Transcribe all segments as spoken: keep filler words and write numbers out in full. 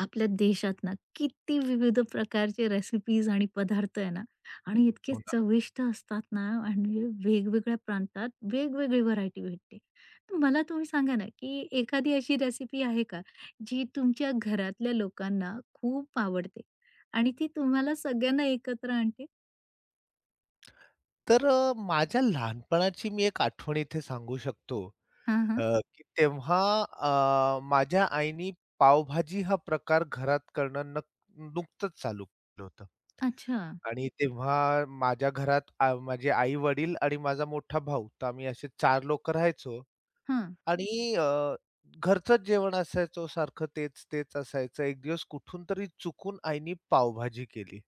आपल्या देशात ना किती विविध प्रकारचे रेसिपीज आणि पदार्थ आहे ना आणि इतके हो ना. चविष्ट असतात ना आणि वेगवेगळ्या प्रांतात वेगवेगळी व्हरायटी भेटते. तर मला तुम्ही सांगा ना, की एखादी अशी रेसिपी आहे का, जी तुमच्या घरातल्या लोकांना खूप आवडते आणि ती तुम्हाला सगळ्यांना एकत्र आणते? तर अ, माझ्या लहानपणाची मी एक आठवण इथे सांगू शकतो, हां, हां. अ, की तेव्हा अ, माझ्या आईनी पावभाजी हा प्रकार घरात करणं नक नुकतंच चालू केलं होतं. अच्छा. आणि तेव्हा माझ्या घरात आ, माझे आई-वडील आणि माझा मोठा भाऊ. तर आम्ही असे चार लोकं राहायचो हां. आणि अ, घरचंच जेवण असायचं सारखं तेच-तेच असायचं. एक दिवस कुठून तरी चुकून आईनी पावभाजी केली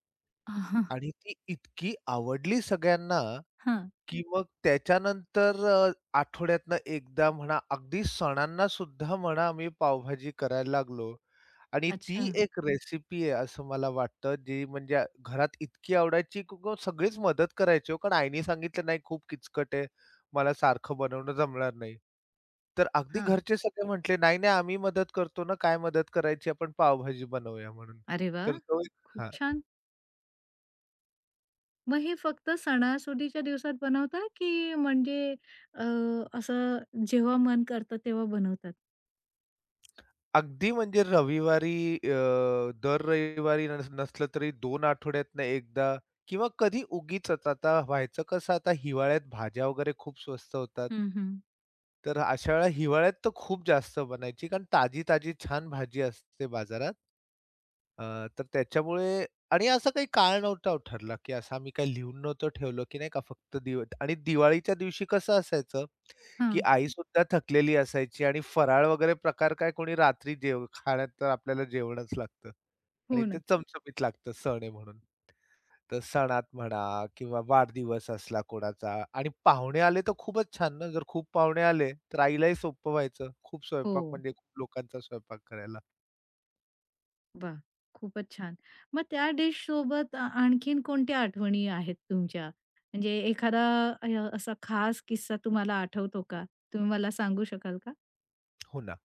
हां. आणि ती इतकी आवडली सगळ्यांना की मग त्याच्यानंतर अ, आठवड्यातनं एकदा म्हणा, अगदी सणांना सुद्धा म्हणा आम्ही पावभाजी करायला लागलो. आणि ती अच्छा. एक रेसिपी आहे असं मला वाटतं, जी म्हणजे घरात इतकी आवडायची की ग सगळीच मदत करायची हो. कारण आईने सांगितलं, "नाही खूप किचकट आहे, मला सारखं बनवणं जमणार नाही." तर अगदी हां. घरचे सगळे म्हटले, "नाही, नाही आम्ही मदत करतो ना, काय मदत करायची? आपण पावभाजी बनवूया म्हणून." अरे तर वाह! तो एक खूप हां. छान. मग हे फक्त सणासुदीच्या दिवसात बनवता की म्हणजे अ, असं जेव्हा मन करतं तेव्हा बनवतात? अगदी म्हणजे रविवारी अ, दर रविवारी नस नसलं तरी दोन आठवड्यातनं एकदा किंवा कधी उगीच आता व्हायचं कसं आता हिवाळ्यात भाज्या वगैरे खूप स्वस्त होतात. हं, हं. तर अशा वेळेला हिवाळ्यात तर खूप जास्त बनायची कारण ताजी-ताजी छान भाजी असते बाजारात. अ, तर त्याच्यामुळे आणि असा काही काळ नव्हता हो ठरला, की असं आम्ही काही लिहून नव्हतं ठेवलं, की नाही का फक्त दिव आणि दिवाळीच्या दिवशी कसं असायचं, की हां. आईसुद्धा थकलेली असायची आणि फराळ वगैरे प्रकार काय कोणी रात्री जेव खाण्यात तर आपल्याला जेवणच लागतं आणि हो ते ना. चमचमीत लागतं सण आहे म्हणून. तर सणात म्हणा किंवा वाढदिवस असला कोणाचा आणि पाहुणे आले तर खूपच छान ना, जर खूप पाहुणे आले तर आईलाही सोपं व्हायचं. खूप हो. स्वयंपाक म्हणजे खूप लोकांचा स्वयंपाक करायला. वाह! खूपच छान. मग त्या डिशसोबत आ आणखीन कोणत्या आठवणी आहेत तुमच्या? म्हणजे एखादा अ, असा खास किस्सा तुम्हाला आठवतो का? तुम्ही मला सांगू शकाल का? हो ना.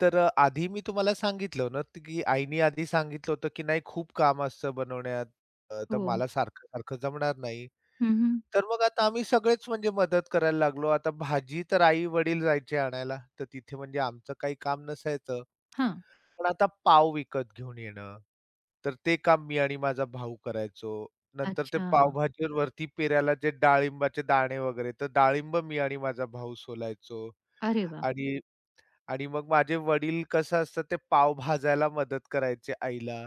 तर अ, आधी मी तुम्हाला सांगितलं ना, त- की आईनी आधी सांगितलं होतं, की "नाही खूप काम असतं बनवण्यात, अ, तर हो. मला सारखं-सारखं जमणार नाही." हं, हं. तर मग आता आम्ही सगळेच म्हणजे मदत करायला लागलो. आता भाजी तर आई-वडील जायचे आणायला, तर तिथे म्हणजे आमचं काही काम नसायचं. हां. पण आता पाव विकत घेऊन येणं, तर ते काम मी आणि माझा भाऊ करायचो. नंतर ते अच्छा. पावभाजीवर वरती पेरायला जे डाळिंबाचे दाणे वगैरे, तर डाळिंब मी आणि माझा भाऊ सोलायचो अरे वाह! आणि आणि मग माझे वडील कसं असतं ते पाव भाजायला मदत करायचे आईला.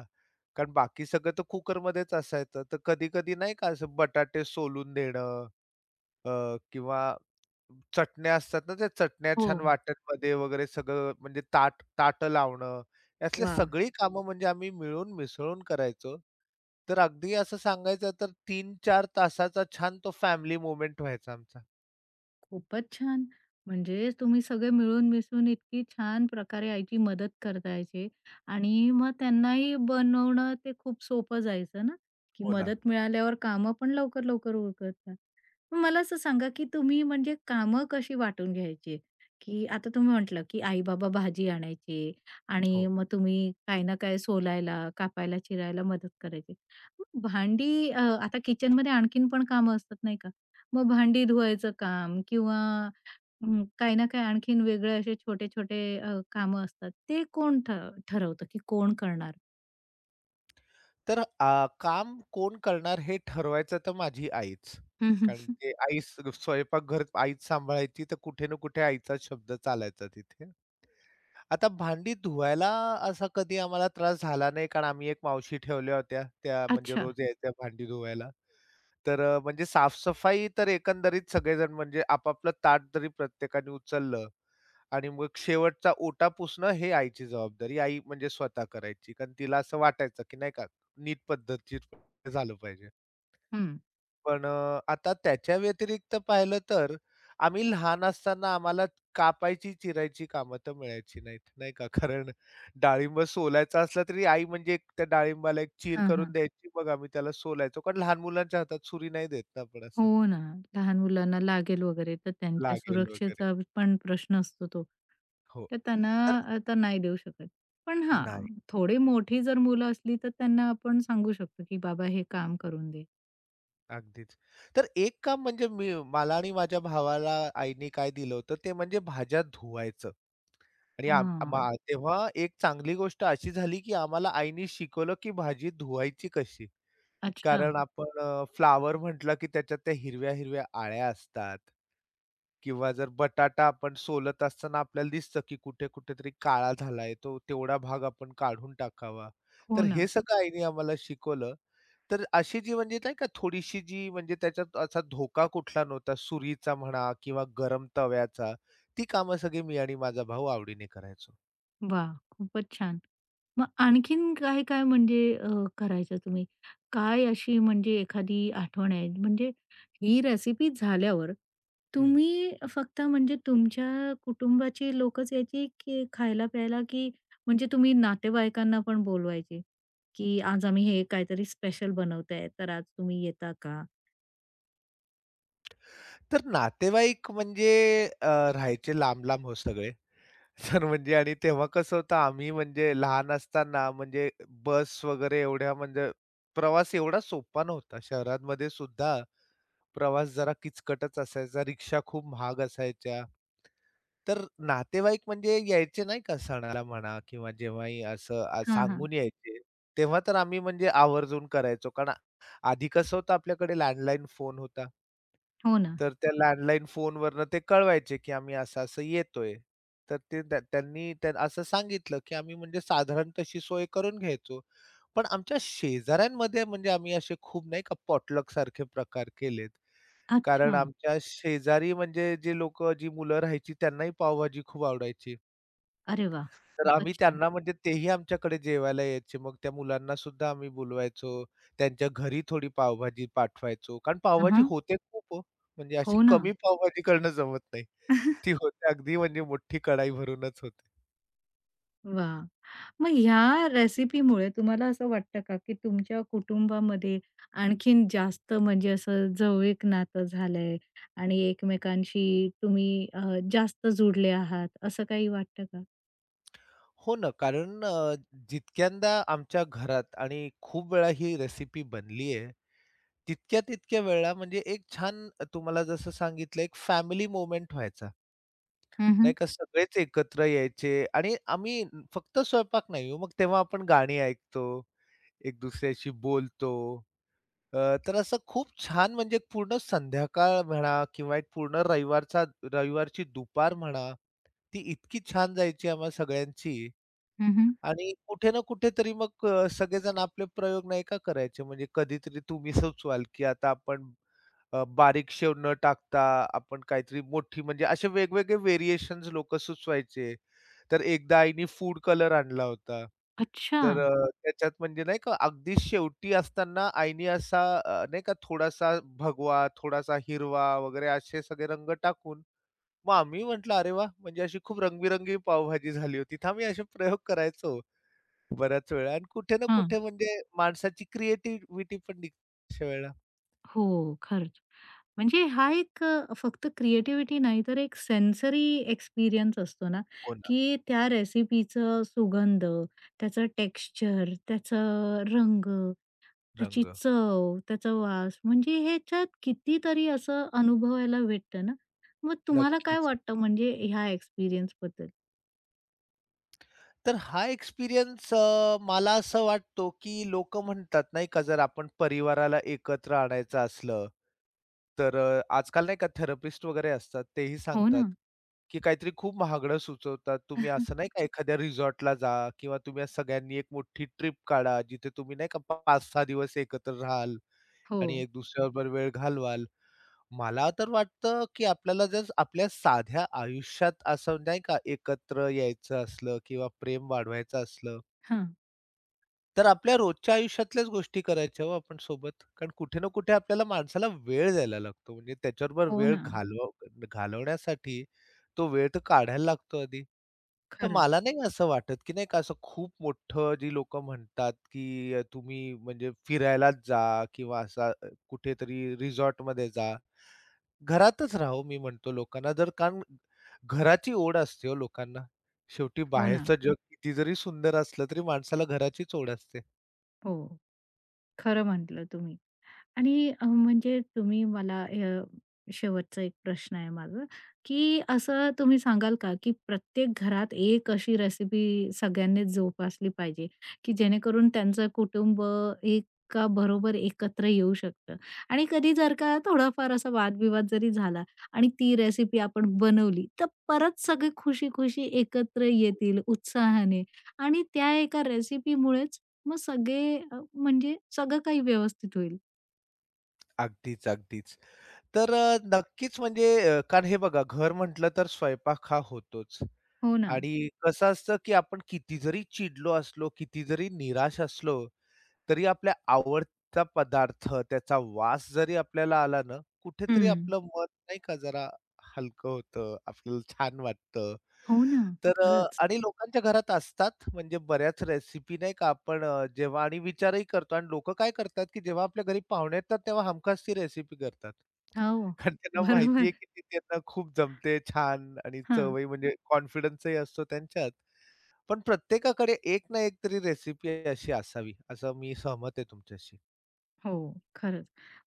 कारण बाकी सगळं तर कुकरमध्येच असायचं. तर कधी-कधी नाही का असं बटाटे सोलून देणं अ, किंवा चटण्या असतात ना, त्या चटण्या हो. छान वाटणमध्ये वगैरे सगळं म्हणजे ताट ताटं लावणं. यातली वाह! सगळी कामं म्हणजे आम्ही मिळून मिसळून करायचो. तर अगदी असं सांगायचं तर तीन चार तासाचा छान तो फॅमिली मोमेंट व्हायचा आमचा. खूपच छान. म्हणजे तुम्ही सगळे मिळून मिसळून इतकी छान प्रकारे आईची मदत करतायचे आणि मग त्यांनाही बनवणं ते खूप सोपं जायचं ना, की हो ना. मदत मिळाल्यावर कामं पण लवकर, लवकर उरकतात. मग मला असं सांगा, की तुम्ही म्हणजे कामं कशी वाटून घ्यायची? की आता तुम्ही म्हटलं, की आई-बाबा भाजी आणायचे आणि हो. मग तुम्ही काही ना काही सोलायला, कापायला, चिरायला मदत करायची. मग भांडी अ, आता किचनमध्ये आणखीन पण कामं असतात नाही का? मग भांडी धुवायचं काम किंवा अं, काही ना काही आणखीन वेगळे असे छोटे-छोटे अ, कामं असतात. ते कोण ठ ठरवतं की कोण करणार? तर अ, काम कोण करणार हे ठरवायचं तर माझी आईच. हं, हं. कारण ते आईच स्वयंपाकघर आईच सांभाळायची, तर कुठे ना कुठे आईचा शब्द चालायचा तिथे. आता भांडी धुवायला असा कधी आम्हाला त्रास झाला नाही, कारण आम्ही एक मावशी ठेवल्या होत्या. त्या म्हणजे अच्छा. रोज यायच्या भांडी धुवायला. तर अ, म्हणजे साफ तर एकंदरीत सगळेजण म्हणजे आपापलं ताट जरी प्रत्येकाने उचललं आणि मग शेवटचा ओटा पुसणं हे आईची जबाबदारी. आई म्हणजे स्वतः करायची. कारण तिला असं वाटायचं, की नाही का नीट पद्धतशीर झालं पाहिजे. हं. पण अ, आता त्याच्या व्यतिरिक्त पाहिलं तर आम्ही लहान असताना आम्हाला कापायची, चिरायची कामं तर मिळायची नाहीत, नाही का. कारण डाळिंब सोलायचा असला तरी आई म्हणजे एक त्या डाळिंबाला एक चीर हां, करून हां. द्यायची. मग आम्ही त्याला सोलायचो. कारण लहान मुलांच्या हातात सुरी नाही देत ना आपण असं हो ना. लहान मुलांना लागेल वगैरे तर त्यांच्या लागेल वगैरे. सुरक्षेचा पण प्रश्न असतो तो. हो. तर त्यांना तर अ, तर नाही देऊ शकत. पण हां, नाही. थोडी मोठी जर मुलं असली तर त्यांना आपण सांगू शकतो की "बाबा हे काम करून दे." अगदीच. तर एक काम म्हणजे मी मला आणि माझ्या भावाला आईनी काय दिलं होतं ते म्हणजे भाज्या धुवायचं. आणि आम हां. मा तेव्हा एक चांगली गोष्ट अशी झाली, की आम्हाला आईनी शिकवलं, की भाजी धुवायची कशी? अच्छा. कारण आपण फ्लावर फ्लॉवर म्हटलं की त्याच्यात त्या हिरव्या-हिरव्या आळ्या असतात किंवा जर बटाटा आपण सोलत असताना आपल्याला दिसतं की कुठे-कुठे तरी काळा झालाय, तो तेवढा भाग आपण काढून टाकावा. हो तर ना. हे सगळं आईने आम्हाला शिकवलं. तर अशी जी म्हणजे नाही का थोडीशी जी म्हणजे त्याच्यात असा धोका कुठला नव्हता, सुरीचा म्हणा किंवा गरम तव्याचा, ती कामं सगळी मी आणि माझा भाऊ आवडीने करायचो. वाह! खूपच छान. मग आणखीन काय-काय म्हणजे अ, करायचं तुम्ही? काय अशी म्हणजे एखादी आठवण आहे? म्हणजे ही रेसिपी झाल्यावर हं. तुम्ही फक्त म्हणजे तुमच्या कुटुंबाची लोकच यायची की खायला-प्यायला की म्हणजे तुम्ही नातेवाईकांना पण बोलवायचे? की आज आम्ही हे काहीतरी स्पेशल बनवतोय, तर आज तुम्ही येता का? तर नातेवाईक म्हणजे अ, राहायचे लांब-लांब हो सगळे. तर म्हणजे आणि तेव्हा कसं होतं आम्ही म्हणजे लहान असताना म्हणजे बस वगैरे एवढ्या म्हणजे प्रवास एवढा सोपा नव्हता. शहरांमध्ये सुद्धा प्रवास जरा किचकटच असायचा. रिक्षा खूप महाग असायच्या. तर नातेवाईक म्हणजे यायचे नाही का सणाला म्हणा किंवा जेव्हाही असं आ, हां, हां. सांगून यायचे, तेव्हा तर आम्ही म्हणजे आवर्जून करायचो. कारण आधी कसं होतं आपल्याकडे लँडलाईन फोन होता. हो ना. तर त्या लँडलाईन फोनवरनं ते कळवायचे, की आम्ही असं-असं येतोय. तर ते त्या त्यांनी त्या असं सांगितलं, की आम्ही म्हणजे साधारण तशी सोय करून घ्यायचो. पण आमच्या शेजाऱ्यांमध्ये म्हणजे आम्ही असे खूप नाही का पॉटलक सारखे प्रकार केलेत. कारण अच्छा. आमच्या शेजारी म्हणजे जे लोकं, जी मुलं राहायची त्यांनाही पावभाजी खूप आवडायची. अरे वाह! तर आम्ही खूपच छान. त्यांना म्हणजे तेही आमच्याकडे जेवायला यायचे. मग त्या मुलांना सुद्धा आम्ही बोलवायचो. त्यांच्या घरी थोडी पावभाजी पाठवायचो. कारण हां, पावभाजी हां. होते खूप हो. म्हणजे अशी हो ना. कमी पावभाजी करणं जमत नाही. ती होते अगदी म्हणजे मोठी कढाई भरूनच होते. वाह! मग ह्या रेसिपीमुळे तुम्हाला असं वाटतं का, की तुमच्या कुटुंबामध्ये आणखीन जास्त म्हणजे असं जवळीक नातं झालंय आणि एकमेकांशी तुम्ही अ, जास्त जुडले आहात, असं काही वाटतं का? हो ना, कारण अ, जितक्यांदा आमच्या घरात आणि खूप वेळा ही रेसिपी बनली आहे, तितक्या-तितक्या वेळा म्हणजे एक छान तुम्हाला जसं सांगितलं एक फॅमिली मोमेंट व्हायचा. हं, हं. नाही का सगळेच एकत्र यायचे आणि आम्ही न- फक्त स्वयंपाक नाही हो, मग तेव्हा आपण गाणी ऐकतो, एक दुसऱ्याशी बोलतो. अ, तर असं खूप छान म्हणजे एक पूर्ण संध्याकाळ म्हणा किंवा एक पूर्ण रविवारचा रविवारची दुपार म्हणा, ती इतकी छान जायची आम्हा सगळ्यांची. हं, आणि कुठे ना कुठेतरी मग अ, सगळेजण आपले प्रयोग नाही का करायचे? म्हणजे कधीतरी तुम्ही सुचवाल, की आता आपण अ, बारीक शेव न टाकता आपण काहीतरी मोठी म्हणजे असे वेगवेगळे व्हेरिएशन्स लोकं सुचवायचे. तर एकदा आईनी फूड कलर आणला होता. अच्छा. तर अ, त्याच्यात म्हणजे नाही का अगदी शेवटी असताना आईनी असा अ, नाही का थोडासा भगवा, थोडासा हिरवा वगैरे असे सगळे रंग टाकून मग आम्ही म्हटलं, "अरे वाह! म्हणजे अशी खूप रंगबिरंगी पावभाजी झाली होती." तर आम्ही असे प्रयोग करायचो. बऱ्याच वेळा आणि कुठे ना हां. कुठे म्हणजे माणसाची क्रिएटिव्हिटी पण निघते अशा वेळेला. हो, खरंच. म्हणजे हा एक अ, फक्त क्रिएटिव्हिटी नाही तर एक सेन्सरी एक्सपिरियन्स असतो ना, हो ना, की त्या रेसिपीचं सुगंध, त्याचं टेक्स्चर, त्याचा रंग त्याची रंग. चव, त्याचा वास म्हणजे ह्याच्यात कितीतरी असं अनुभवायला भेटतं ना. मग तुम्हाला काय नक्कीच. वाटतं म्हणजे ह्या एक्सपिरियन्सबद्दल? तर हा एक्सपिरियन्स अ, मला असं वाटतो, की लोकं म्हणतात नाही का, जर आपण परिवाराला एकत्र आणायचं असलं, तर अ, आजकाल नाही का थेरपिस्ट वगैरे असतात, तेही हो सांगतात, ना. की काहीतरी खूप महागडं सुचवतात. तुम्ही असं नाही का एखाद्या रिसॉर्टला जा किंवा तुम्ही असं सगळ्यांनी एक मोठी ट्रिप काढा, जिथे तुम्ही नाही का पाच सहा दिवस एकत्र राहाल. हो. आणि एक दुसऱ्याबरोबर वेळ घालवाल. मला तर वाटतं, की आपल्याला जर आपल्या साध्या आयुष्यात असं नाही का एकत्र यायचं असलं किंवा प्रेम वाढवायचं असलं, हां. तर आपल्या रोजच्या आयुष्यातल्याच गोष्टी करायच्या हो आपण सोबत. कारण कुठे ना कुठे आपल्याला माणसाला वेळ द्यायला लागतो. म्हणजे त्याच्याबरोबर हो वेळ ना. घालव घालवण्यासाठी तो वेळ तर काढायला लागतो आधी. तर खरंच. मला नाही असं वाटत, की नाही का असं खूप मोठं जी लोकं म्हणतात, की अ, तुम्ही म्हणजे फिरायलाच जा किंवा असा अ, कुठेतरी रिसॉर्टमध्ये जा. घरातच राहा हो मी म्हणतो लोकांना. जर कारण घराची ओढ असते हो लोकांना. शेवटी हो ना. बाहेरचं जग किती जरी सुंदर असलं तरी माणसाला घराचीच ओढ असते. हो. खरं म्हटलं तुम्ही. आणि अ, म्हणजे तुम्ही मला अ, शेवटचा एक प्रश्न आहे माझा, की असं तुम्ही सांगाल का, की प्रत्येक घरात एक अशी रेसिपी सगळ्यांनीच जोपासली पाहिजे, की जेणेकरून त्यांचं कुटुंब एका बरोबर एकत्र येऊ शकतं? आणि कधी जर का थोडाफार असा वादविवाद जरी झाला आणि ती रेसिपी आपण बनवली, तर परत सगळे खुशी-खुशी एकत्र येतील उत्साहाने आणि त्या एका रेसिपीमुळेच मग सगळे अ, म्हणजे सगळं काही व्यवस्थित होईल. अगदीच, अगदीच. तर अ, नक्कीच म्हणजे अ, कारण हे बघा घर म्हटलं तर स्वयंपाक हा होतोच हो ना. आणि कसं असतं, की आपण किती जरी चिडलो असलो, किती जरी निराश असलो, तरी आपल्या आवडता पदार्थ, त्याचा वास जरी आपल्याला आला ना, कुठेतरी हं. आपलं मन नाही का जरा हलकं होतं, आपल्याला छान वाटतं. हो ना. तर अ, खरंच. आणि लोकांच्या घरात असतात म्हणजे बऱ्याच रेसिपी नाही का आपण अ, जेव्हा आणि विचारही करतो आणि लोकं काय करतात, की जेव्हा आपल्या घरी पाहुणे येतात, तेव्हा हमखास ती रेसिपी करतात. हो. कारण त्यांना बरोबर. माहिती की ती त्यांना खूप जमते छान आणि हां. चवही म्हणजे कॉन्फिडन्सही असतो त्यांच्यात. पण प्रत्येकाकडे एक ना एक तरी रेसिपी अशी असावी, असं मी सहमत आहे तुमच्याशी. हो, खरंच.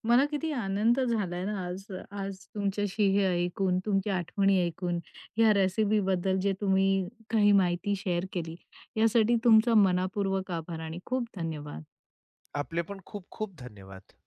मला किती आनंद झालाय ना आज आज तुमच्याशी हे ऐकून, तुमच्या आठवणी ऐकून, ह्या रेसिपीबद्दल जे तुम्ही काही माहिती शेअर केली, यासाठी तुमचा मनापूर्वक आभार आणि खूप धन्यवाद. आपले पण खूप खूप धन्यवाद.